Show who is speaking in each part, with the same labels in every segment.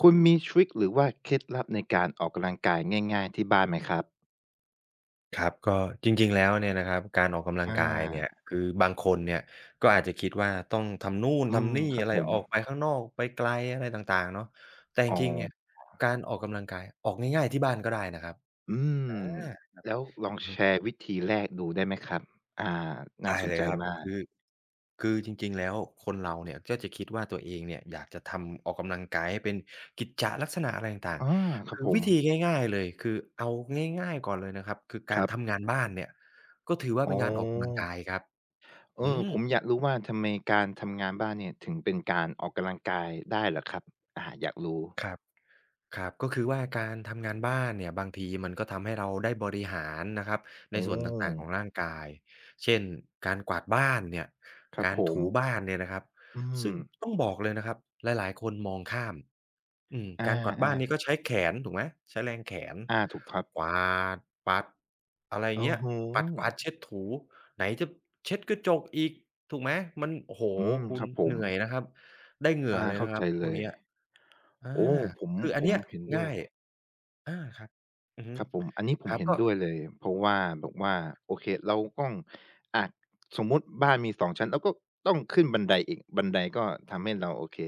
Speaker 1: คุณมีทริกหรือว่าเคล็ดลับในการออกกำลังกายง่ายๆที่บ้านไหมครับ
Speaker 2: ครับก็จริงๆแล้วเนี่ยนะครับการออกกำลั
Speaker 1: อ
Speaker 2: งกายเนี่ย
Speaker 1: า
Speaker 2: คือบางคนเนี่ยก็อาจจะคิดว่าต้องทำนู่น
Speaker 1: อืม
Speaker 2: ทำนี่
Speaker 1: ครับ
Speaker 2: อะไร
Speaker 1: ผม
Speaker 2: ออกไปข้างนอกไปไกลอะไรต่างๆเนาะแต่จ
Speaker 1: อ๋อ
Speaker 2: ริงๆเนี่ยการออกกำลังกายออกง่ายๆที่บ้านก็ได้นะครับ
Speaker 1: อืม
Speaker 2: อา
Speaker 1: แล้วลอง
Speaker 2: อือฮึ
Speaker 1: แชร์วิธีแรกดูได้ไหมครับอ่าน่า
Speaker 2: ได้
Speaker 1: สน
Speaker 2: เลย
Speaker 1: ใจ
Speaker 2: ครับ
Speaker 1: มา
Speaker 2: คือ
Speaker 1: ก
Speaker 2: คือจริงๆแล้วคนเราเนี่ยก็จะคิดว่าตัวเองเนี่ยอยากจะทำออกกำลังกายให้เป็นกิจจะลักษณะอะไรต่าง
Speaker 1: อาค
Speaker 2: ๆ
Speaker 1: รับ
Speaker 2: คือ
Speaker 1: ผ
Speaker 2: วิ
Speaker 1: ม
Speaker 2: ธีง่ายๆเลยคือเอาง่ายๆก่อนเลยนะครับคือ
Speaker 1: ค
Speaker 2: การ
Speaker 1: รับ
Speaker 2: ทำงานบ้านเนี่ยก็ถือว่า
Speaker 1: อ๋
Speaker 2: เป็นการออกกำลัง
Speaker 1: อ
Speaker 2: กายครับ
Speaker 1: เอ
Speaker 2: อื
Speaker 1: อ
Speaker 2: ม
Speaker 1: ผมอยากรู้ว่าทำไมการทำงานบ้านเนี่ยถึงเป็นการออกกำลังกายได้เหรอครับอาอยากรู้
Speaker 2: ครับครับก็คือว่าการทำงานบ้านเนี่ยบางทีมันก็ทำให้เราได้บริหารนะครับใน
Speaker 1: อ๋
Speaker 2: ส่วนต่างๆของ
Speaker 1: อ
Speaker 2: ร่างกายเช่นการกวาดบ้านเนี่ย
Speaker 1: ครับ
Speaker 2: การ
Speaker 1: ผม
Speaker 2: ถูบ้านเนี่ยนะครับ
Speaker 1: อืม
Speaker 2: ซึ่งต้องบอกเลยนะครับหลายๆคนมองข้ามอืม
Speaker 1: อ
Speaker 2: การกวาดบ้านนี่
Speaker 1: า
Speaker 2: ก็ใช้แขนถูกไหมใช้แรงแขน
Speaker 1: ๆอาถูกครับ
Speaker 2: กวาดปัดอะไร
Speaker 1: โอ้
Speaker 2: เงี้ย
Speaker 1: โฮ
Speaker 2: ปัดกวาดเช็ดถูไหนจะเช็ดกระจกอีกถูกไหมมันโอ้โฮ
Speaker 1: อืม
Speaker 2: คุ
Speaker 1: ค
Speaker 2: ณ
Speaker 1: รับผ
Speaker 2: เห
Speaker 1: ม
Speaker 2: นื่อยนะครับได้เหงื่อ
Speaker 1: อา
Speaker 2: เลย
Speaker 1: เข้า
Speaker 2: นะครั
Speaker 1: ใจ
Speaker 2: บพ
Speaker 1: เล
Speaker 2: วก
Speaker 1: ย
Speaker 2: เนี้ย อา
Speaker 1: โอ้ผม
Speaker 2: คืออั
Speaker 1: ผ
Speaker 2: น
Speaker 1: ม
Speaker 2: เนี้ย
Speaker 1: เห็นด้วย
Speaker 2: ง่ายอาครับอือฮึ
Speaker 1: ครับผมอันนี้ผ
Speaker 2: ค
Speaker 1: ม
Speaker 2: รับ
Speaker 1: เห็น
Speaker 2: ก็
Speaker 1: ด้วยเลยเพราะว่าแบบว่าโอเคเราต้องอะสมมุติบ้านมีสองชั้นเราก็ต้องขึ้นบันไดอีกบันไดก็ทำให้เราโอเค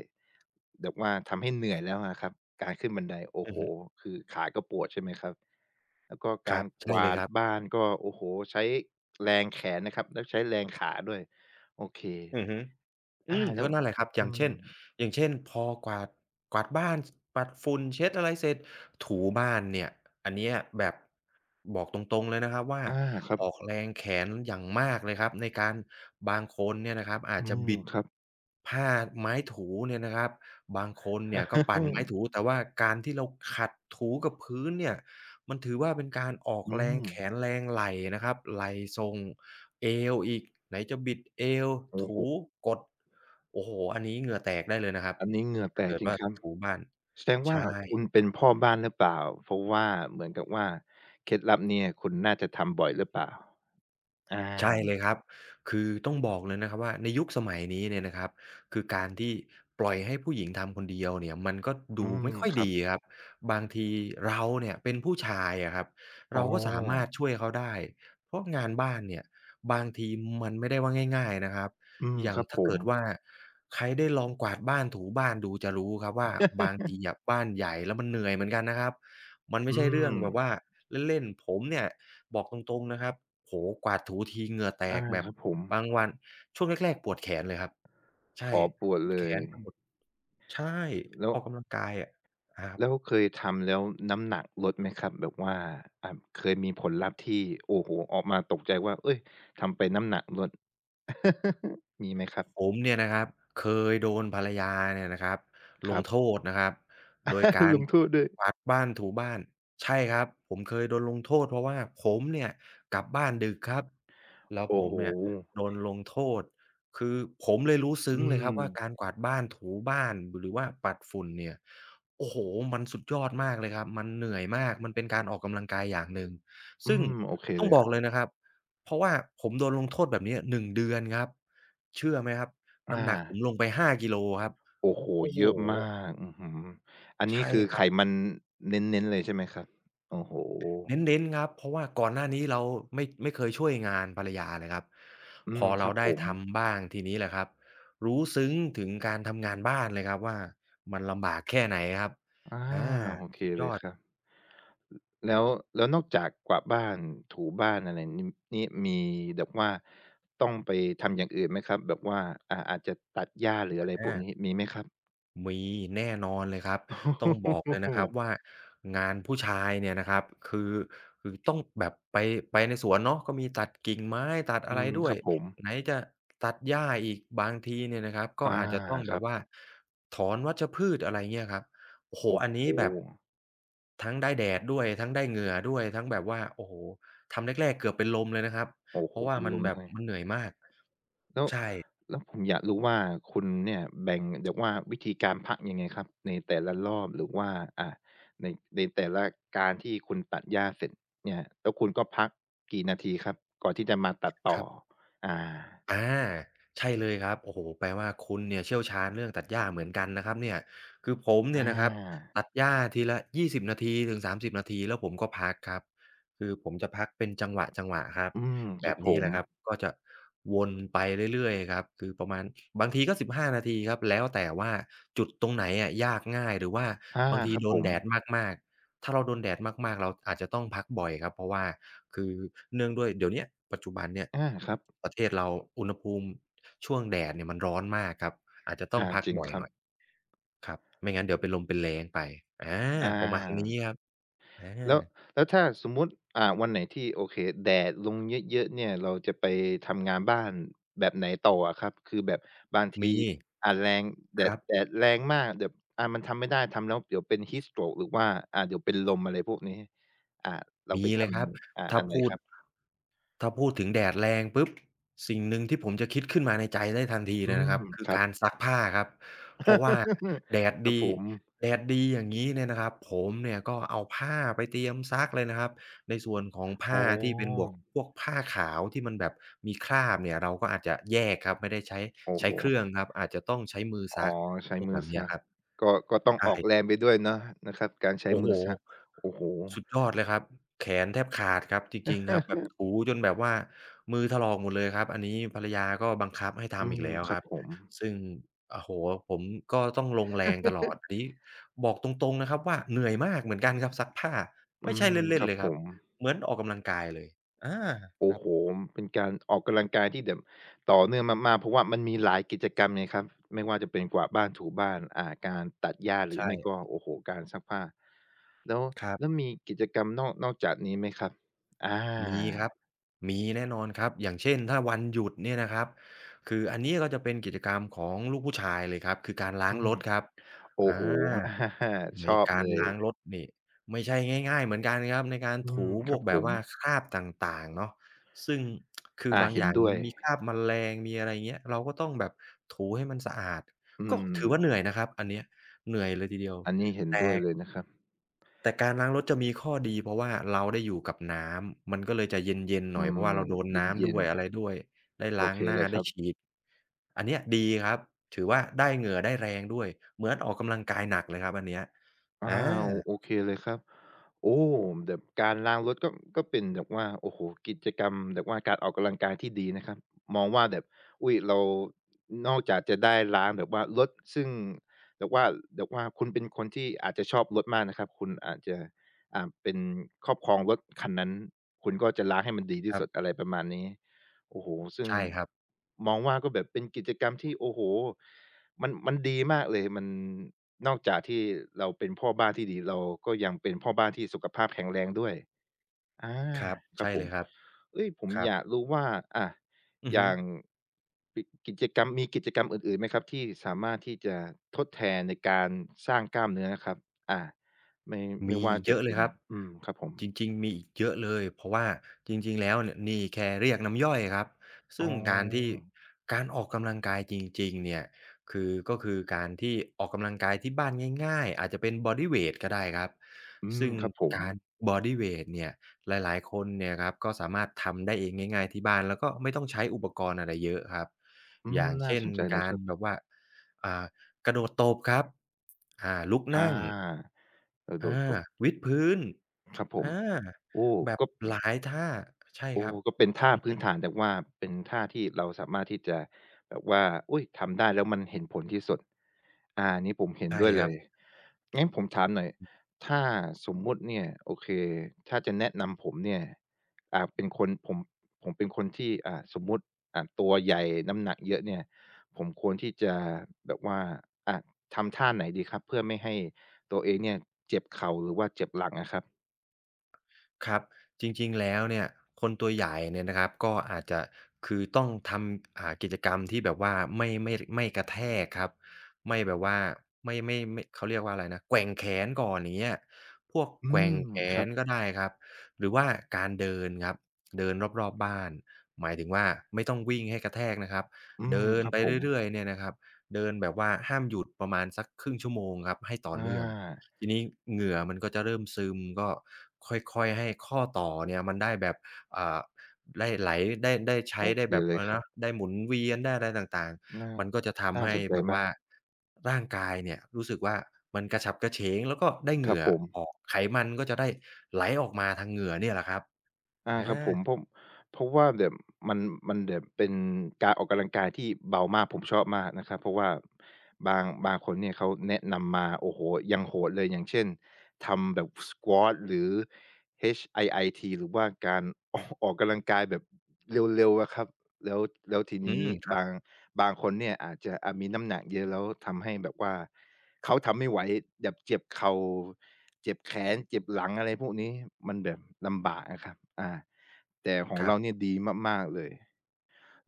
Speaker 1: แบบว่าทำให้เหนื่อยแล้วอะครับการขึ้นบันไดโอ้
Speaker 2: อื
Speaker 1: โฮ
Speaker 2: อฮึ
Speaker 1: คือขาก็ปวดใช่ไหมครับแล้วก็
Speaker 2: ค
Speaker 1: กา
Speaker 2: รั
Speaker 1: ร
Speaker 2: บ
Speaker 1: ก
Speaker 2: ใช่เล
Speaker 1: วา
Speaker 2: ย
Speaker 1: ด
Speaker 2: ครับ
Speaker 1: บ้านก็โอ้โฮใช้แรงแขนนะครับแล้วใช้แรงขาด้วยโอเค
Speaker 2: อือฮึ
Speaker 1: อา
Speaker 2: อืม
Speaker 1: แล้ว
Speaker 2: ก็นั่นแหละครับอ
Speaker 1: อื
Speaker 2: ย่าง
Speaker 1: ม
Speaker 2: เช่นพอกวาดกวาดบ้านปัดฝุ่นเช็ดอะไรเสร็จถูบ้านเนี่ยอันเนี้ยแบบบอกตรงๆเลยนะครับว่า
Speaker 1: อาครับ
Speaker 2: ออกแรงแขนอย่างมากเลยครับในการบางคนเนี่ยนะครับอา
Speaker 1: อื
Speaker 2: จจะ
Speaker 1: ม
Speaker 2: บิด
Speaker 1: ครับ
Speaker 2: ผ้าไม้ถูเนี่ยนะครับบางคนเนี่ยก็ปั่นไม้ ถูแต่ว่าการที่เราขัดถูกับพื้นเนี่ยมันถือว่าเป็นการออก
Speaker 1: อื
Speaker 2: แรง
Speaker 1: ม
Speaker 2: แขนแรงไหล่นะครับไหล่ส่ง เอวอีกไหนจะบิดเอว
Speaker 1: โอ้โฮ
Speaker 2: ถูกดโอ้โฮอันนี้เหงื่อแตกได้เลยนะครับ
Speaker 1: อันนี้เหงื่อแต
Speaker 2: ถ้า
Speaker 1: ก
Speaker 2: เกิด
Speaker 1: จริง
Speaker 2: ว่า
Speaker 1: ครับ
Speaker 2: ถูบ้าน
Speaker 1: แสดงว่า
Speaker 2: ใช่
Speaker 1: คุณเป็นพ่อบ้านหรือเปล่าเพราะว่าเหมือนกับว่าเคล็ดลับเนี่ยคุณน่าจะทำบ่อยหรือเปล่าอ
Speaker 2: ใช่
Speaker 1: า
Speaker 2: เลยครับ คือต้องบอกเลยนะครับว่าในยุคสมัยนี้เนี่ยนะครับ คือการที่ปล่อยให้ผู้หญิงทำคนเดียวเนี่ยมันก็
Speaker 1: อื
Speaker 2: ดู
Speaker 1: ม
Speaker 2: ไม่ค่อย
Speaker 1: ครับ
Speaker 2: ดีครับ บางทีเราเนี่ยเป็นผู้ชายอะครับ
Speaker 1: อ๋
Speaker 2: เราก็สามาร
Speaker 1: อ
Speaker 2: ถช่วยเขาได้ เพราะงานบ้านเนี่ยบางทีมันไม่ได้ว่าง่ายๆนะครับ
Speaker 1: อืม
Speaker 2: อย่า
Speaker 1: ค
Speaker 2: ง
Speaker 1: รับผ
Speaker 2: ถ้า
Speaker 1: ม
Speaker 2: เกิดว่าใครได้ลองกวาดบ้านถูบ้านดูจะรู้ครับว่าบาง ทีอะบ้านใหญ่แล้วมันเหนื่อยเหมือนกันนะครับ มันไม่
Speaker 1: อื
Speaker 2: ใช่เรื่อ
Speaker 1: ม
Speaker 2: งแบบว่าเล่นๆผมเนี่ยบอกตรงๆนะครับโอ้โฮกวาดถูทีเหงื่อแต
Speaker 1: อา
Speaker 2: กแบ
Speaker 1: ค
Speaker 2: บ
Speaker 1: รับผม
Speaker 2: บางวันช่วงแรกๆปวดแขนเลยครับใช่
Speaker 1: อ๋อปวด
Speaker 2: ปวด
Speaker 1: เล
Speaker 2: แข
Speaker 1: ย
Speaker 2: นไปหมดใช่
Speaker 1: แล้ว
Speaker 2: ออกกำลังกายอะครับ
Speaker 1: เคยทำแล้วน้ำหนักลดไหมครับแบบว่าอ่าเคยมีผลลัพธ์ที่โอ้โฮออกมาตกใจว่าเฮ้ยทำไปน้ำหนักลด มีไหมครั
Speaker 2: ผ
Speaker 1: บ
Speaker 2: มเนี่ยนะครับเคยโดนภรรยาเนี่ยนะครับ
Speaker 1: ค
Speaker 2: ล
Speaker 1: รั
Speaker 2: ง
Speaker 1: บ
Speaker 2: โทษนะครับโดยกา
Speaker 1: ล
Speaker 2: ร
Speaker 1: งโทษด้วย
Speaker 2: กวาดบ้านถูบ้านใช่ครับผมเคยโดนลงโทษเพราะว่าผมเนี่ยกลับบ้านดึกครับแล้วผ
Speaker 1: โอ้โฮ
Speaker 2: มเนี่ยโดนลงโทษคือผมเลยรู้ซึ้
Speaker 1: อื
Speaker 2: งเลยค
Speaker 1: ม
Speaker 2: รับว่าการกวาดบ้านถูบ้านหรือว่าปัดฝุ่นเนี่ยโอ้โฮมันสุดยอดมากเลยครับมันเหนื่อยมากมันเป็นการออกกำลังกายอย่างหนึ่ง
Speaker 1: อื
Speaker 2: ซึ่ง
Speaker 1: มโอเค
Speaker 2: ต้อ
Speaker 1: เล
Speaker 2: ง
Speaker 1: ย
Speaker 2: บอกเลยนะครับเพราะว่าผมโดนลงโทษแบบเนี้ยหนึ่งเดือนครับ เชื่อไหมครับ
Speaker 1: อา
Speaker 2: น้ำหนักผมลงไป5กิโลครับ
Speaker 1: โอ้โฮ
Speaker 2: โอ้โฮ
Speaker 1: เยอะมากอื้อฮืออันนี้
Speaker 2: ใช่
Speaker 1: คือ
Speaker 2: ค
Speaker 1: ไข
Speaker 2: รับ
Speaker 1: มันเน้นๆเลยใช่ไหมครับโอ้โฮ
Speaker 2: เน้นๆครับเพราะว่าก่อนหน้านี้เราไม่เคยช่วยงานภรรยาเลยครับ
Speaker 1: อื
Speaker 2: พ
Speaker 1: ม
Speaker 2: อ
Speaker 1: ค
Speaker 2: เรา
Speaker 1: รับผ
Speaker 2: ได้
Speaker 1: ม
Speaker 2: ทำบ้างทีนี้แหละครับรู้ซึ้งถึงการทำงานบ้านเลยครับว่ามันลำบากแค่ไหนครับ
Speaker 1: อา
Speaker 2: อา
Speaker 1: โอเค
Speaker 2: สุดย
Speaker 1: เล
Speaker 2: อ
Speaker 1: ย
Speaker 2: ด
Speaker 1: ครับแล้วนอกจากกวาดบ้านถูบ้านอะไรนี่นี่มีแบบว่าต้องไปทำอย่างอื่นไหมครับแบบว่าอาจจะตัดหญ้าหรืออะไรพวกนี้
Speaker 2: อา
Speaker 1: มีไหมครับ
Speaker 2: มีแน่นอนเลยครับต้องบอกเลยนะครับ ว่างานผู้ชายเนี่ยนะครับคือต้องแบบไปไปในสวนเนาะก็มีตัดกิ่งไม้ตัดอะ
Speaker 1: อื
Speaker 2: ไร
Speaker 1: ม
Speaker 2: ด้
Speaker 1: ค
Speaker 2: วย
Speaker 1: รับผม
Speaker 2: ไหนจะตัดหญ้าอีกบางทีเนี่ยนะครับก็
Speaker 1: อา
Speaker 2: อาจจะต้อง
Speaker 1: ค
Speaker 2: แบ
Speaker 1: รั
Speaker 2: บว่า
Speaker 1: บ
Speaker 2: ถอนวัชพืชอะไรเงี้ยครับโอ้โฮอันนี้
Speaker 1: โอ้
Speaker 2: แบบ
Speaker 1: โ
Speaker 2: ทั้งได้แดดด้วยทั้งได้เหงื่อด้วยทั้งแบบว่าโอ้โฮทำแรกๆเกือบเป็นลมเลยนะครับ
Speaker 1: โอ้
Speaker 2: เพ
Speaker 1: โฮ
Speaker 2: ราะว่า
Speaker 1: เป็น
Speaker 2: มั
Speaker 1: ล
Speaker 2: น
Speaker 1: ม
Speaker 2: แบบ
Speaker 1: เลย
Speaker 2: มันเหนื่อยมาก
Speaker 1: แล้ว
Speaker 2: ใช่
Speaker 1: ผมอยากรู้ว่าคุณเนี่ยแบ่งแบบว่าวิธีการพักยังไงครับในแต่ละรอบหรือว่าอ่าในแต่ละการที่คุณตัดหญ้าเสร็จเนี่ยแล้วคุณก็พักกี่นาทีครับก่อนที่จะมาตัด
Speaker 2: ค
Speaker 1: ต่อ
Speaker 2: รับ
Speaker 1: อา
Speaker 2: อาใช่เลยครับโอ้โฮแปลว่าคุณเนี่ยเชี่ยวชาญเรื่องตัดหญ้าเหมือนกันนะครับเนี่ยคือผม
Speaker 1: อ
Speaker 2: เนี่ยนะครับ
Speaker 1: า
Speaker 2: ตัดหญ้าทีละ20นาทีถึง30นาทีแล้วผมก็พักครับคือผมจะพักเป็นจังหวะๆครับ
Speaker 1: อืมค
Speaker 2: แบ
Speaker 1: รับ
Speaker 2: บ
Speaker 1: ผ
Speaker 2: นี้แห
Speaker 1: ม
Speaker 2: ละครับก็จะวนไปเรื่อยๆครับคือประมาณบางทีก็15นาทีครับแล้วแต่ว่าจุดตรงไหนอะยากง่ายหรือว่า
Speaker 1: อา
Speaker 2: บางที
Speaker 1: ครับ
Speaker 2: โด
Speaker 1: ผ
Speaker 2: น
Speaker 1: ม
Speaker 2: แดดมากๆถ้าเราโดนแดดมากๆเราอาจจะต้องพักบ่อยครับเพราะว่า คือเนื่องด้วยเดี๋ยวเนี้ยปัจจุบันเนี่ย
Speaker 1: อาครับ
Speaker 2: ประเทศเราอุณหภูมิช่วงแดดเนี่ยมันร้อนมากครับอาจจะต้อง
Speaker 1: อา
Speaker 2: พัก
Speaker 1: จริง
Speaker 2: บ่อ
Speaker 1: ค
Speaker 2: ย
Speaker 1: รั
Speaker 2: ห
Speaker 1: บ
Speaker 2: น่อยครับไม่งั้นเดี๋ยวเป็นลมเป็นแล้งไปอา
Speaker 1: อา
Speaker 2: ประมาณนี้ครับอ
Speaker 1: แล้
Speaker 2: า
Speaker 1: วถ้าสมมุติวันไหนที่โอเคแดดลงเยอะๆเนี่ยเราจะไปทำงานบ้านแบบไหนต่ออะครับคือแบบบางที
Speaker 2: มี
Speaker 1: แรงแด
Speaker 2: ค
Speaker 1: ด
Speaker 2: รับ
Speaker 1: แรงมากแบบมันทำไม่ได้ทำแล้วเดี๋ยวเป็น heat stroke หรือว่าเดี๋ยวเป็นลมอะไรพวกนี้อ่าเรา
Speaker 2: มี
Speaker 1: ไปท
Speaker 2: เลยครับ
Speaker 1: ำ
Speaker 2: ถ้า
Speaker 1: อันไหน
Speaker 2: พู
Speaker 1: ค
Speaker 2: ด
Speaker 1: รับ
Speaker 2: ถึงแดดแรงปุ๊บสิ่งหนึ่งที่ผมจะคิดขึ้นมาในใจได้ทันที
Speaker 1: อื
Speaker 2: เลยนะค
Speaker 1: ม
Speaker 2: รับคื
Speaker 1: ค
Speaker 2: อ
Speaker 1: รับ
Speaker 2: การซักผ้าครับเพราะว่า แดด
Speaker 1: ครับ
Speaker 2: ดี
Speaker 1: ผม
Speaker 2: อย่างงี้เนี่ยนะครับผมเนี่ยก็เอาผ้าไปเตรียมซักเลยนะครับในส่วนของ
Speaker 1: อ๋อ
Speaker 2: ผ้าที่เป็นบวกพวกผ้าขาวที่มันแบบมีคราบเนี่ยเราก็อาจจะแยกครับไม่ได้ใช้
Speaker 1: โอ้โฮ
Speaker 2: เครื่องครับอาจจะต้องใช้มือซั
Speaker 1: อ๋อ
Speaker 2: ก
Speaker 1: ใช้
Speaker 2: พวก
Speaker 1: มื
Speaker 2: แบ
Speaker 1: อ
Speaker 2: บเนี้ย
Speaker 1: ซัก
Speaker 2: ครับ
Speaker 1: ก็ต้องอ
Speaker 2: ใช่
Speaker 1: อกแรงไปด้วยเนาะนะครับการใช้
Speaker 2: โอ้
Speaker 1: มื
Speaker 2: โฮ
Speaker 1: อซักโอ้โฮ
Speaker 2: สุดยอดเลยครับแขนแทบขาดครับจริงๆครับแบบถูจนแบบว่ามือถลอกหมดเลยครับอันนี้ภรรยาก็บังคับให้
Speaker 1: อื
Speaker 2: ทำอีก
Speaker 1: ม
Speaker 2: แล้ว
Speaker 1: ครั
Speaker 2: ค
Speaker 1: บ
Speaker 2: รับ
Speaker 1: ผม
Speaker 2: ซึ่งโอ้โฮผมก็ต้องลงแรงตลอดอันนี้บอกตรงๆนะครับว่าเหนื่อยมากเหมือนกันครับซักผ้า
Speaker 1: อื
Speaker 2: ไม่ใช่
Speaker 1: มค
Speaker 2: เล่น
Speaker 1: รั
Speaker 2: ๆ
Speaker 1: บ
Speaker 2: เลย
Speaker 1: ผ
Speaker 2: ครับ
Speaker 1: ม
Speaker 2: เหมือนออกกำลังกายเลยอาค
Speaker 1: โอ้
Speaker 2: รั
Speaker 1: โฮ
Speaker 2: บ
Speaker 1: เป็นการออกกำลังกายที่แบบต่อเนื่องมากๆเพราะว่ามันมีหลายกิจกรรมไงครับไม่ว่าจะเป็นกวาดบ้านถูบ้านการตัดหญ้าหรือ
Speaker 2: ใช่
Speaker 1: ไม่ก็โอ้โฮการซักผ้าแล้ว
Speaker 2: ครับ
Speaker 1: มีกิจกรรมนอกจากนี้ไหมครับอ
Speaker 2: มี
Speaker 1: า
Speaker 2: ครับมีแน่นอนครับอย่างเช่นถ้าวันหยุดเนี่ยนะครับคืออันนี้ก็จะเป็นกิจกรรมของลูกผู้ชายเลยครับคือการล้า
Speaker 1: อื
Speaker 2: งร
Speaker 1: ม
Speaker 2: ถครับ
Speaker 1: โอ้
Speaker 2: อา
Speaker 1: โฮ ช
Speaker 2: ใน
Speaker 1: อบ
Speaker 2: กา
Speaker 1: เล
Speaker 2: ร
Speaker 1: ย
Speaker 2: ล้างรถนี่ไม่ใช่ง่ายๆเหมือนกันครับในการ
Speaker 1: อื
Speaker 2: ถู
Speaker 1: มค
Speaker 2: พ
Speaker 1: รั
Speaker 2: ว
Speaker 1: บ
Speaker 2: ก
Speaker 1: ผ
Speaker 2: แบบ
Speaker 1: ม
Speaker 2: ว่าคราบต่างๆเนาะซึ่งคือ
Speaker 1: อา
Speaker 2: บาง
Speaker 1: เห็
Speaker 2: อ
Speaker 1: น
Speaker 2: ย่าง
Speaker 1: ด้ว
Speaker 2: มัน
Speaker 1: ย
Speaker 2: มีคราบแมลงมีอะไรอย่างเงี้ยเราก็ต้องแบบถูให้มันสะอาด
Speaker 1: อื
Speaker 2: ก็
Speaker 1: ม
Speaker 2: ถือว่าเหนื่อยนะครับอันเนี้ยเหนื่อยเลยทีเดียว
Speaker 1: อันนี้เห็น
Speaker 2: แต่
Speaker 1: ด้วยเลยนะครับ
Speaker 2: แต่การล้างรถจะมีข้อดีเพราะว่าเราได้อยู่กับน้ำ มันก็เลยจะเย็นๆหน่
Speaker 1: อื
Speaker 2: อยเพราะ
Speaker 1: ม
Speaker 2: ว่าเราโดนน้ำ
Speaker 1: เย็
Speaker 2: ด้
Speaker 1: น
Speaker 2: วยอะไรด้วย ได้
Speaker 1: ๆโอ
Speaker 2: ล้าง
Speaker 1: เค
Speaker 2: หน้า
Speaker 1: เลยค
Speaker 2: ได้
Speaker 1: รับ
Speaker 2: ฉีด อันเนี้ยดีครับ ถือว่าได้เหงื่อได้แรงด้วย เหมือนออกกำลังกายหนักเลยครับอันเนี้ยอา
Speaker 1: อ้าวโอเคเลยครับโอ้แบบการล้างรถก็เป็นแบบว่าโอ้โฮกิจกรรมแบบว่าการออกกำลังกายที่ดีนะครับมองว่าแบบอุ๊ยเรานอกจากจะได้ล้างแบบว่ารถซึ่งแบบว่าคุณเป็นคนที่อาจจะชอบรถมากนะครับคุณอาจจะเป็นครอบครองรถคันนั้นคุณก็จะล้างให้มันดี
Speaker 2: ค
Speaker 1: ที่
Speaker 2: รั
Speaker 1: สุดอะ
Speaker 2: บ
Speaker 1: ไรประมาณนี้โอ้โฮซึ่ง
Speaker 2: ใช่ครับ
Speaker 1: มองว่าก็แบบเป็นกิจกรรมที่โอ้โฮ มันดีมากเลยมันนอกจากที่เราเป็นพ่อบ้านที่ดีเราก็ยังเป็นพ่อบ้านที่สุขภาพแข็งแรงด้วยอา
Speaker 2: ครับ
Speaker 1: ครับ
Speaker 2: ใช่
Speaker 1: ผ
Speaker 2: เล
Speaker 1: ม
Speaker 2: ยครับ
Speaker 1: เฮ้ยผม
Speaker 2: ครั
Speaker 1: อยาก
Speaker 2: บ
Speaker 1: รู้ว่าอะ
Speaker 2: อือ
Speaker 1: อ
Speaker 2: ฮึ
Speaker 1: ย่างกิจกรรมมีกิจกรรมอื่นๆไหมครับที่สามารถที่จะทดแทนในการสร้างกล้ามเนื้อครับอาไม่
Speaker 2: มี
Speaker 1: ว่า
Speaker 2: อีกเย
Speaker 1: จะ
Speaker 2: อะเล
Speaker 1: เป็
Speaker 2: ย
Speaker 1: น
Speaker 2: ครับ
Speaker 1: อืมครับผม
Speaker 2: จริงๆมีอีกเยอะเลยเพราะว่าจริงๆแล้วเนี่ยนี่แค่เรียกน้ำย่อยครับ
Speaker 1: อ๋อ
Speaker 2: ซึ่งการที่การออกกำลังกายจริงๆเนี่ยคือก็คือการที่ออกกำลังกายที่บ้านง่ายๆอาจจะเป็นบอดีเวตก็ได้ครับ
Speaker 1: อืม
Speaker 2: ซึ่ง
Speaker 1: ครับผม
Speaker 2: การบอดีเวตเนี่ยหลายๆคนเนี่ยครับก็สามารถทำได้เองง่ายๆที่บ้านแล้วก็ไม่ต้องใช้อุปกรณ์อะไรเยอะครับ
Speaker 1: อื
Speaker 2: อ
Speaker 1: ม
Speaker 2: ย่าง
Speaker 1: น่า
Speaker 2: เช่
Speaker 1: ส
Speaker 2: น
Speaker 1: นใจเลย
Speaker 2: กา
Speaker 1: ค
Speaker 2: ร
Speaker 1: รับ
Speaker 2: แบบว่าอ่ากระโดดตบครับลุก
Speaker 1: อ
Speaker 2: นั่ง
Speaker 1: ากระโด
Speaker 2: อา
Speaker 1: ดตรง
Speaker 2: วิดพื้น
Speaker 1: ครับผม
Speaker 2: อา
Speaker 1: โอ้
Speaker 2: แบบ
Speaker 1: ก็
Speaker 2: หลายท่า ใช่ค
Speaker 1: โอ้
Speaker 2: รั
Speaker 1: โฮ
Speaker 2: บ
Speaker 1: ก็เป็นท่า
Speaker 2: อือ
Speaker 1: พื้
Speaker 2: ฮึ
Speaker 1: นฐานแต่ว่าเป็นท่าที่เราสามารถที่จะแบบว่าอุ๊ยทำได้แล้วมันเห็นผลที่สุดอาอันนี้ผมเห็น
Speaker 2: ใช่
Speaker 1: ด้วย
Speaker 2: ค
Speaker 1: เล
Speaker 2: รับ
Speaker 1: ยงั้นผมถามหน่อยถ้าสมมุติเนี่ยโอเคถ้าจะแนะนำผมเนี่ยเป็นคนผมเป็นคนที่สมมุติตัวใหญ่น้ำหนักเยอะเนี่ยผมควรที่จะแบบว่าอ่าทำท่าไหนดีครับเพื่อไม่ให้ตัวเองเนี่ยเจ็บเข่าหรือว่าเจ็บหลังอะครับ
Speaker 2: ครับจริงๆแล้วเนี่ยคนตัวใหญ่เนี่ยนะครับก็อาจจะคือต้องทำกิจกรรมที่แบบว่าไม่กระแทกครับไม่แบบว่าไม่เขาเรียกว่าอะไรนะแกว่งแขนก่อนอย่างเงี้ยพวก
Speaker 1: อื
Speaker 2: แกว่ง
Speaker 1: ม
Speaker 2: แข
Speaker 1: ครับ
Speaker 2: นก็ได้ครับหรือว่าการเดินครับเดินรอบๆบ้านหมายถึงว่าไม่ต้องวิ่งให้กระแทกนะครับ
Speaker 1: อืม
Speaker 2: เดิน
Speaker 1: ครับ
Speaker 2: ไป
Speaker 1: ผม
Speaker 2: เรื่อยๆเนี่ยนะครับเดินแบบว่าห้ามหยุดประมาณสัก1/2 ชั่วโมงครับให้ต่อ
Speaker 1: อา
Speaker 2: เนื่อง ทีนี้เหงื่อมันก็จะเริ่มซึมก็ค่อยๆให้ข้อต่อเนี่ยมันได้แบบอ่าได้ไหลได้
Speaker 1: โอ
Speaker 2: ใช้
Speaker 1: เค
Speaker 2: ได้แบบ
Speaker 1: เล
Speaker 2: เอ
Speaker 1: ย
Speaker 2: อ
Speaker 1: ครับ
Speaker 2: เนาะได้หมุนเวียนได้อะไรต่าง
Speaker 1: น่า
Speaker 2: ๆมันก็จะ
Speaker 1: น่า
Speaker 2: ทำ
Speaker 1: ส
Speaker 2: ให้
Speaker 1: นใจ
Speaker 2: แบบ
Speaker 1: มา
Speaker 2: ว่า
Speaker 1: ก
Speaker 2: ร่างกายเนี่ยรู้สึกว่ามันกระฉับกระเฉงแล้วก็ได้เห
Speaker 1: ครับ
Speaker 2: งื่อ
Speaker 1: ผม
Speaker 2: ออกไขมันก็จะได้ไหลออกมาทางเหงื่อเนี่ยแหละครับ
Speaker 1: อาครับผ
Speaker 2: อา
Speaker 1: มผมเพราะว่าแบบมันมันแบบเป็นการออกกำลังกายที่เบามากผมชอบมากนะครับเพราะว่าบางคนเนี่ยเขาแนะนำมาโอ้โฮยังโหดเลยอย่างเช่นทำแบบ squat หรือ HIIT หรือว่าการออกกำลังกายแบบเร็วๆอะครับแล้วแล้วที
Speaker 2: อื
Speaker 1: นี้
Speaker 2: มครับ
Speaker 1: บางบางคนเนี่ยอาจจะมีน้ำหนักเยอะแล้วทำให้แบบว่า เขาทำไม่ไหวแบบเจ็บเข่าเจ็บแขน เจ็บหลังอะไรพวกนี้มันแบบลำบากอะครับอาแต่ของ
Speaker 2: ครั
Speaker 1: เรา
Speaker 2: บ
Speaker 1: เนี่ยดีมากๆเลย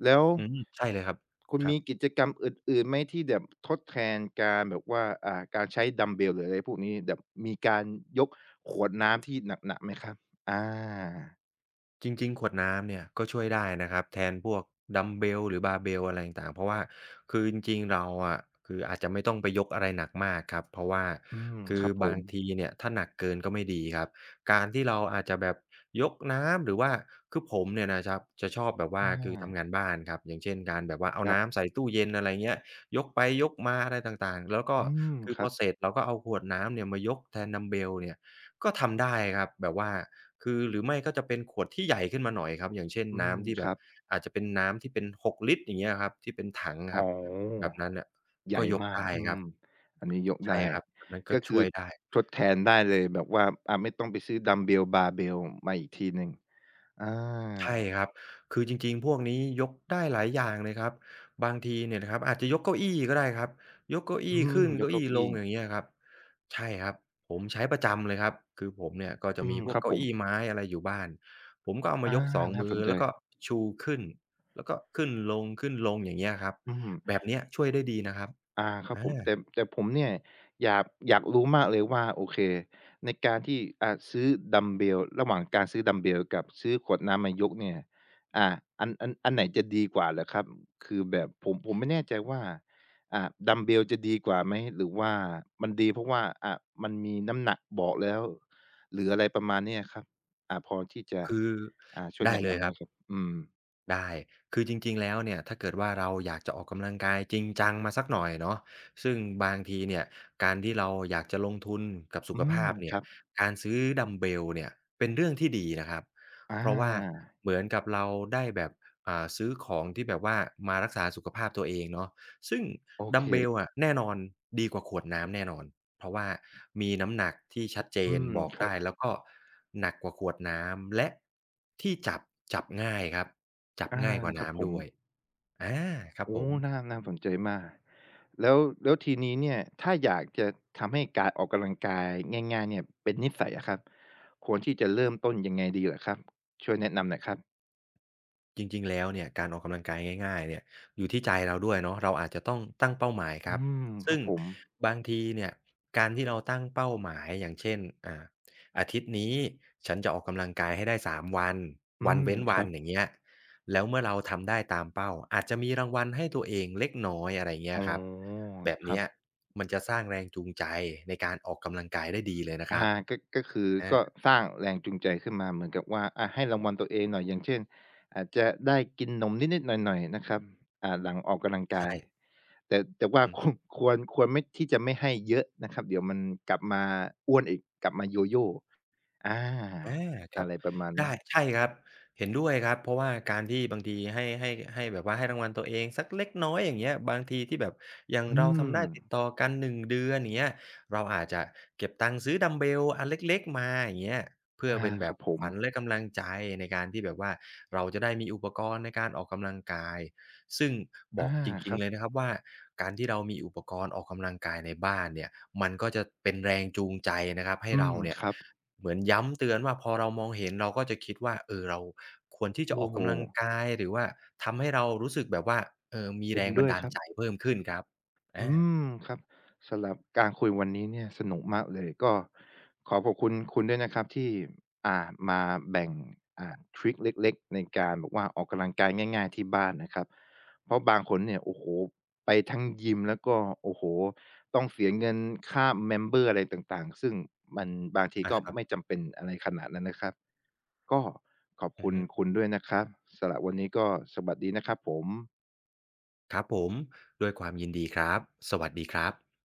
Speaker 1: แล้ว
Speaker 2: อืมใช่เลยครับ
Speaker 1: คุณ
Speaker 2: ครั
Speaker 1: มีกิ
Speaker 2: บ
Speaker 1: จกรรมอื่นๆไหมที่แบบทดแทนการแบบว่าการใช้ดัมบ์เบลหรืออะไรพวกนี้แบบมีการยกขวดน้ำที่หนักๆไหมครับอา
Speaker 2: จริงๆขวดน้ำเนี่ยก็ช่วยได้นะครับแทนพวกดัมบ์เบลหรือบ a r b e l l อะไรต่างๆเพราะว่าคือจริงๆเราอะคืออาจจะไม่ต้องไปยกอะไรหนักมากครับเพราะว่า
Speaker 1: อืม
Speaker 2: คื
Speaker 1: ค
Speaker 2: อ
Speaker 1: รับผ
Speaker 2: บา
Speaker 1: ม
Speaker 2: งทีเนี่ยถ้าหนักเกินก็ไม่ดีครับการที่เราอาจจะแบบยกน้ำหรือว่าคือผมเนี่ยนะครับจะชอบแบบว่า
Speaker 1: อา
Speaker 2: คือทำงานบ้านครับอย่างเช่นการแบบว่าเอา
Speaker 1: ครั
Speaker 2: น้ำ
Speaker 1: บ
Speaker 2: ใส่ตู้เย็นอะไรเงี้ยยกไปยกมาอะไรต่างๆแล้วก็
Speaker 1: อืม
Speaker 2: คือ
Speaker 1: ค
Speaker 2: พ
Speaker 1: รั
Speaker 2: อ
Speaker 1: บ
Speaker 2: เสร็จเราก็เอาขวดน้ำเนี่ยมายกแทนดัมบ์เบลเนี่ยก็ทำได้ครับแบบว่า คือหรือไม่ก็จะเป็นขวดที่ใหญ่ขึ้นมาหน่อยครับอย่างเช่น
Speaker 1: อืม
Speaker 2: น้ำที่
Speaker 1: ค
Speaker 2: แบ
Speaker 1: รั
Speaker 2: บ
Speaker 1: บ
Speaker 2: อาจจะเป็นน้ำที่เป็น6ลิตรอย่างเงี้ยครับที่เป็นถัง
Speaker 1: อ๋อ
Speaker 2: ครับแบบนั้นน่ะ
Speaker 1: ให
Speaker 2: ก็
Speaker 1: ญ่
Speaker 2: ยก
Speaker 1: มาก
Speaker 2: ได้
Speaker 1: อื
Speaker 2: ค
Speaker 1: ม
Speaker 2: รับ
Speaker 1: อันนี้ยกได้
Speaker 2: ใช่ครับแบบนั้นก็
Speaker 1: ก็คื
Speaker 2: ช่
Speaker 1: อ
Speaker 2: วยได้
Speaker 1: ทดแทนได้เลยแบบว่าไม่ต้องไปซื้อดัมบ์เบลบาร์เบลมาอีกทีหนึ่งอ
Speaker 2: ใช่
Speaker 1: า
Speaker 2: ครับคือจริงๆ พวกนี้ยกได้หลายอย่างเลยครับ บางทีเนี่ยนะครับอาจจะยกเก้าอี้ก็ได้ครับ ยกเก้า
Speaker 1: อื
Speaker 2: อี้
Speaker 1: ม
Speaker 2: ขึ้น
Speaker 1: ยก
Speaker 2: เก้า
Speaker 1: เก้า
Speaker 2: อี้ล
Speaker 1: อี้
Speaker 2: งอย่างเงี้ยครับ ใช่ครับ ผมใช้ประจำเลยครับคือผมเนี่ยก็จะ
Speaker 1: อื
Speaker 2: มี
Speaker 1: ม
Speaker 2: พ
Speaker 1: ค
Speaker 2: วก
Speaker 1: รับ
Speaker 2: เก้า
Speaker 1: ผม
Speaker 2: อี้ไม้อะไรอยู่บ้านผมก็เอามา
Speaker 1: อา
Speaker 2: ยกสอง
Speaker 1: น่า
Speaker 2: มื
Speaker 1: ส
Speaker 2: อ
Speaker 1: นใจ
Speaker 2: แล้วก็ชูขึ้นแล้วก็ขึ้นลงขึ้นลงอย่างเงี้ยครับ
Speaker 1: อืม
Speaker 2: แบบเนี้ยช่วยได้ดีนะครับ
Speaker 1: อาครับผม
Speaker 2: อา
Speaker 1: แต่ผมเนี่ยอยากรู้มากเลยว่าโอเคในการที่ซื้อดัมเบลระหว่างการซื้อดัมเบลกับซื้อขวดน้ำมายกเนี่ยอ่าอันไหนจะดีกว่าเหรอครับคือแบบผมไม่แน่ใจว่าอ่าดัมบเบลจะดีกว่าไหมหรือว่ามันดีเพราะว่ามันมีน้ำหนักบอกแล้วหรืออะไรประมาณเนี้ยครับพอที่จะ
Speaker 2: คือ
Speaker 1: ช่วย
Speaker 2: ได้
Speaker 1: แนะ
Speaker 2: เลย
Speaker 1: นำไห
Speaker 2: ค
Speaker 1: ม
Speaker 2: รับ
Speaker 1: ครับอืม
Speaker 2: ได้ คือจริงๆแล้วเนี่ยถ้าเกิดว่าเราอยากจะออกกำลังกายจริงจังมาสักหน่อยเนาะซึ่งบางทีเนี่ยการที่เราอยากจะลงทุนกับสุ
Speaker 1: อื
Speaker 2: ข
Speaker 1: ม
Speaker 2: ภาพ
Speaker 1: ค
Speaker 2: เนี่ย
Speaker 1: รับ
Speaker 2: การซื้อดัมบ์เบลเนี่ยเป็นเรื่องที่ดีนะครับ
Speaker 1: อ
Speaker 2: เพราะว่า
Speaker 1: า
Speaker 2: เหมือนกับเราได้แบบซื้อของที่แบบว่ามารักษาสุขภาพตัวเองเนาะซึ่ง
Speaker 1: โอ
Speaker 2: ดั
Speaker 1: เค
Speaker 2: มบ์เบลอะแน่นอนดีกว่าขวดน้ำแน่นอนเพราะว่ามีน้ำหนักที่ชัดเจ
Speaker 1: อื
Speaker 2: น
Speaker 1: ม
Speaker 2: บอก
Speaker 1: ครับ
Speaker 2: ได้แล้วก็หนักกว่าขวดน้ำและที่จับจับง่ายครับ จับ
Speaker 1: อา
Speaker 2: ง่ายกว่า
Speaker 1: ครับผ
Speaker 2: น้ำ
Speaker 1: ม
Speaker 2: ด้วยอาครับ
Speaker 1: โอ้
Speaker 2: ผม
Speaker 1: น่าสนใจมากแล้วแล้วทีนี้เนี่ยถ้าอยากจะทำให้การออกกำลังกายง่ายๆเนี่ยเป็นนิสัยอะครับ ควรที่จะเริ่มต้นยังไงดีเหรอครับ ช่วยแนะนำหน่อยครับ
Speaker 2: จริงๆแล้วเนี่ยการออกกำลังกายง่ายๆเนี่ยอยู่ที่ใจเราด้วยเนาะเราอาจจะต้องตั้งเป้าหมายค
Speaker 1: อื
Speaker 2: รับ
Speaker 1: มครั
Speaker 2: ซึ่
Speaker 1: บ
Speaker 2: ง
Speaker 1: ผม
Speaker 2: บางทีเนี่ยการที่เราตั้งเป้าหมายอย่างเช่นอ่าอาทิตย์นี้ฉันจะออกกำลังกายให้ได้3วัน
Speaker 1: อื
Speaker 2: วัน
Speaker 1: ม
Speaker 2: เว้น
Speaker 1: ค
Speaker 2: วั
Speaker 1: รั
Speaker 2: น
Speaker 1: บ
Speaker 2: อย่างเงี้ยแล้วเมื่อเราทำได้ตามเป้า อาจจะมีรางวัลให้ตัวเองเล็กน้อยอะไรเงี้
Speaker 1: อ๋
Speaker 2: ยครับ
Speaker 1: อ
Speaker 2: แบบ
Speaker 1: ครั
Speaker 2: เนี้ย
Speaker 1: บ
Speaker 2: มันจะสร้างแรงจูงใจในการออกกำลังกายได้ดีเลยนะครับ
Speaker 1: อาก็ก็คือก็
Speaker 2: อา
Speaker 1: สร้างแรงจูงใจขึ้นมาเหมือนกับว่าอาให้รางวัลตัวเองหน่อยอย่างเช่นอาจจะได้กินนมนิดๆหน่อยๆนะครับหลังออกกำลังกา
Speaker 2: ใช่
Speaker 1: ยแต่ว่า
Speaker 2: อื
Speaker 1: ค
Speaker 2: ม
Speaker 1: ควรไม่ที่จะไม่ให้เยอะนะครับเดี๋ยวมันกลับมาอ้วนอีกกลับมาโยโย่อา
Speaker 2: อาค
Speaker 1: อะ
Speaker 2: รับ
Speaker 1: ไรประมาณนั้น
Speaker 2: ได้ใช่ครับเห็นด้วยครับเพราะว่าการที่บางทีให้แบบว่าให้รางวัลตัวเองสักเล็กน้อยอย่างเงี้ยบางทีที่แบบอย่าง
Speaker 1: อื
Speaker 2: เราทำ
Speaker 1: ม
Speaker 2: ได้ติดต่อกัน1 เดือนอย่างเงี้ยเราอาจจะเก็บตังค์ซื้อดัมบ์เบลอันเล็กๆมาอย่างเงี้ยเพื่อ
Speaker 1: อา
Speaker 2: เป็นแบ
Speaker 1: ครั
Speaker 2: บ
Speaker 1: บผ
Speaker 2: ข
Speaker 1: ม
Speaker 2: วัญและกำลังใจในการที่แบบว่าเราจะได้มีอุปกรณ์ในการออกกำลังกายซึ่งบ
Speaker 1: อา
Speaker 2: อกจ
Speaker 1: ค
Speaker 2: ริง
Speaker 1: รั
Speaker 2: ๆเลย
Speaker 1: บ
Speaker 2: นะครับว่าการที่เรามีอุปกรณ์ออกกำลังกายในบ้านเนี่ยมันก็จะเป็นแรงจูงใจนะครับให้
Speaker 1: อื
Speaker 2: เรา
Speaker 1: ม
Speaker 2: เนี่ย
Speaker 1: ครับ
Speaker 2: เหมือนย้ำเตือนว่าพอเรามองเห็นเราก็จะคิดว่าเออเราควรที่จะอ
Speaker 1: โอ้
Speaker 2: อก
Speaker 1: โฮ
Speaker 2: กำลังกายหรือว่าทำให้เรารู้สึกแบบว่าเออมี
Speaker 1: เห็
Speaker 2: แร
Speaker 1: น
Speaker 2: งบั
Speaker 1: ด้
Speaker 2: น
Speaker 1: วย
Speaker 2: ดา
Speaker 1: ค
Speaker 2: ล
Speaker 1: รับ
Speaker 2: ใจเพิ่มขึ้นครับอา
Speaker 1: อืมครับสำหรับการคุยวันนี้เนี่ยสนุกมากเลยก็ขอขอบคุณคุณด้วยนะครับที่อ่ามาแบ่งทริกเล็กๆในการแบบว่าออกกำลังกายง่ายๆที่บ้านนะครับเพราะบางคนเนี่ยโอ้โฮไปทั้งยิมแล้วก็โอ้โฮต้องเสียเงินค่า member อะไรต่างๆซึ่งมันบางที
Speaker 2: อะ
Speaker 1: ก็
Speaker 2: ครับ
Speaker 1: ไม่จำเป็นอะไรขนาดนั้นนะครับก็ขอบ
Speaker 2: อือ
Speaker 1: คุณ
Speaker 2: ฮึ
Speaker 1: คุณด้วยนะครับสำหรับวันนี้ก็สวัสดีนะครับผม
Speaker 2: ครับผมด้วยความยินดีครับสวัสดีครับ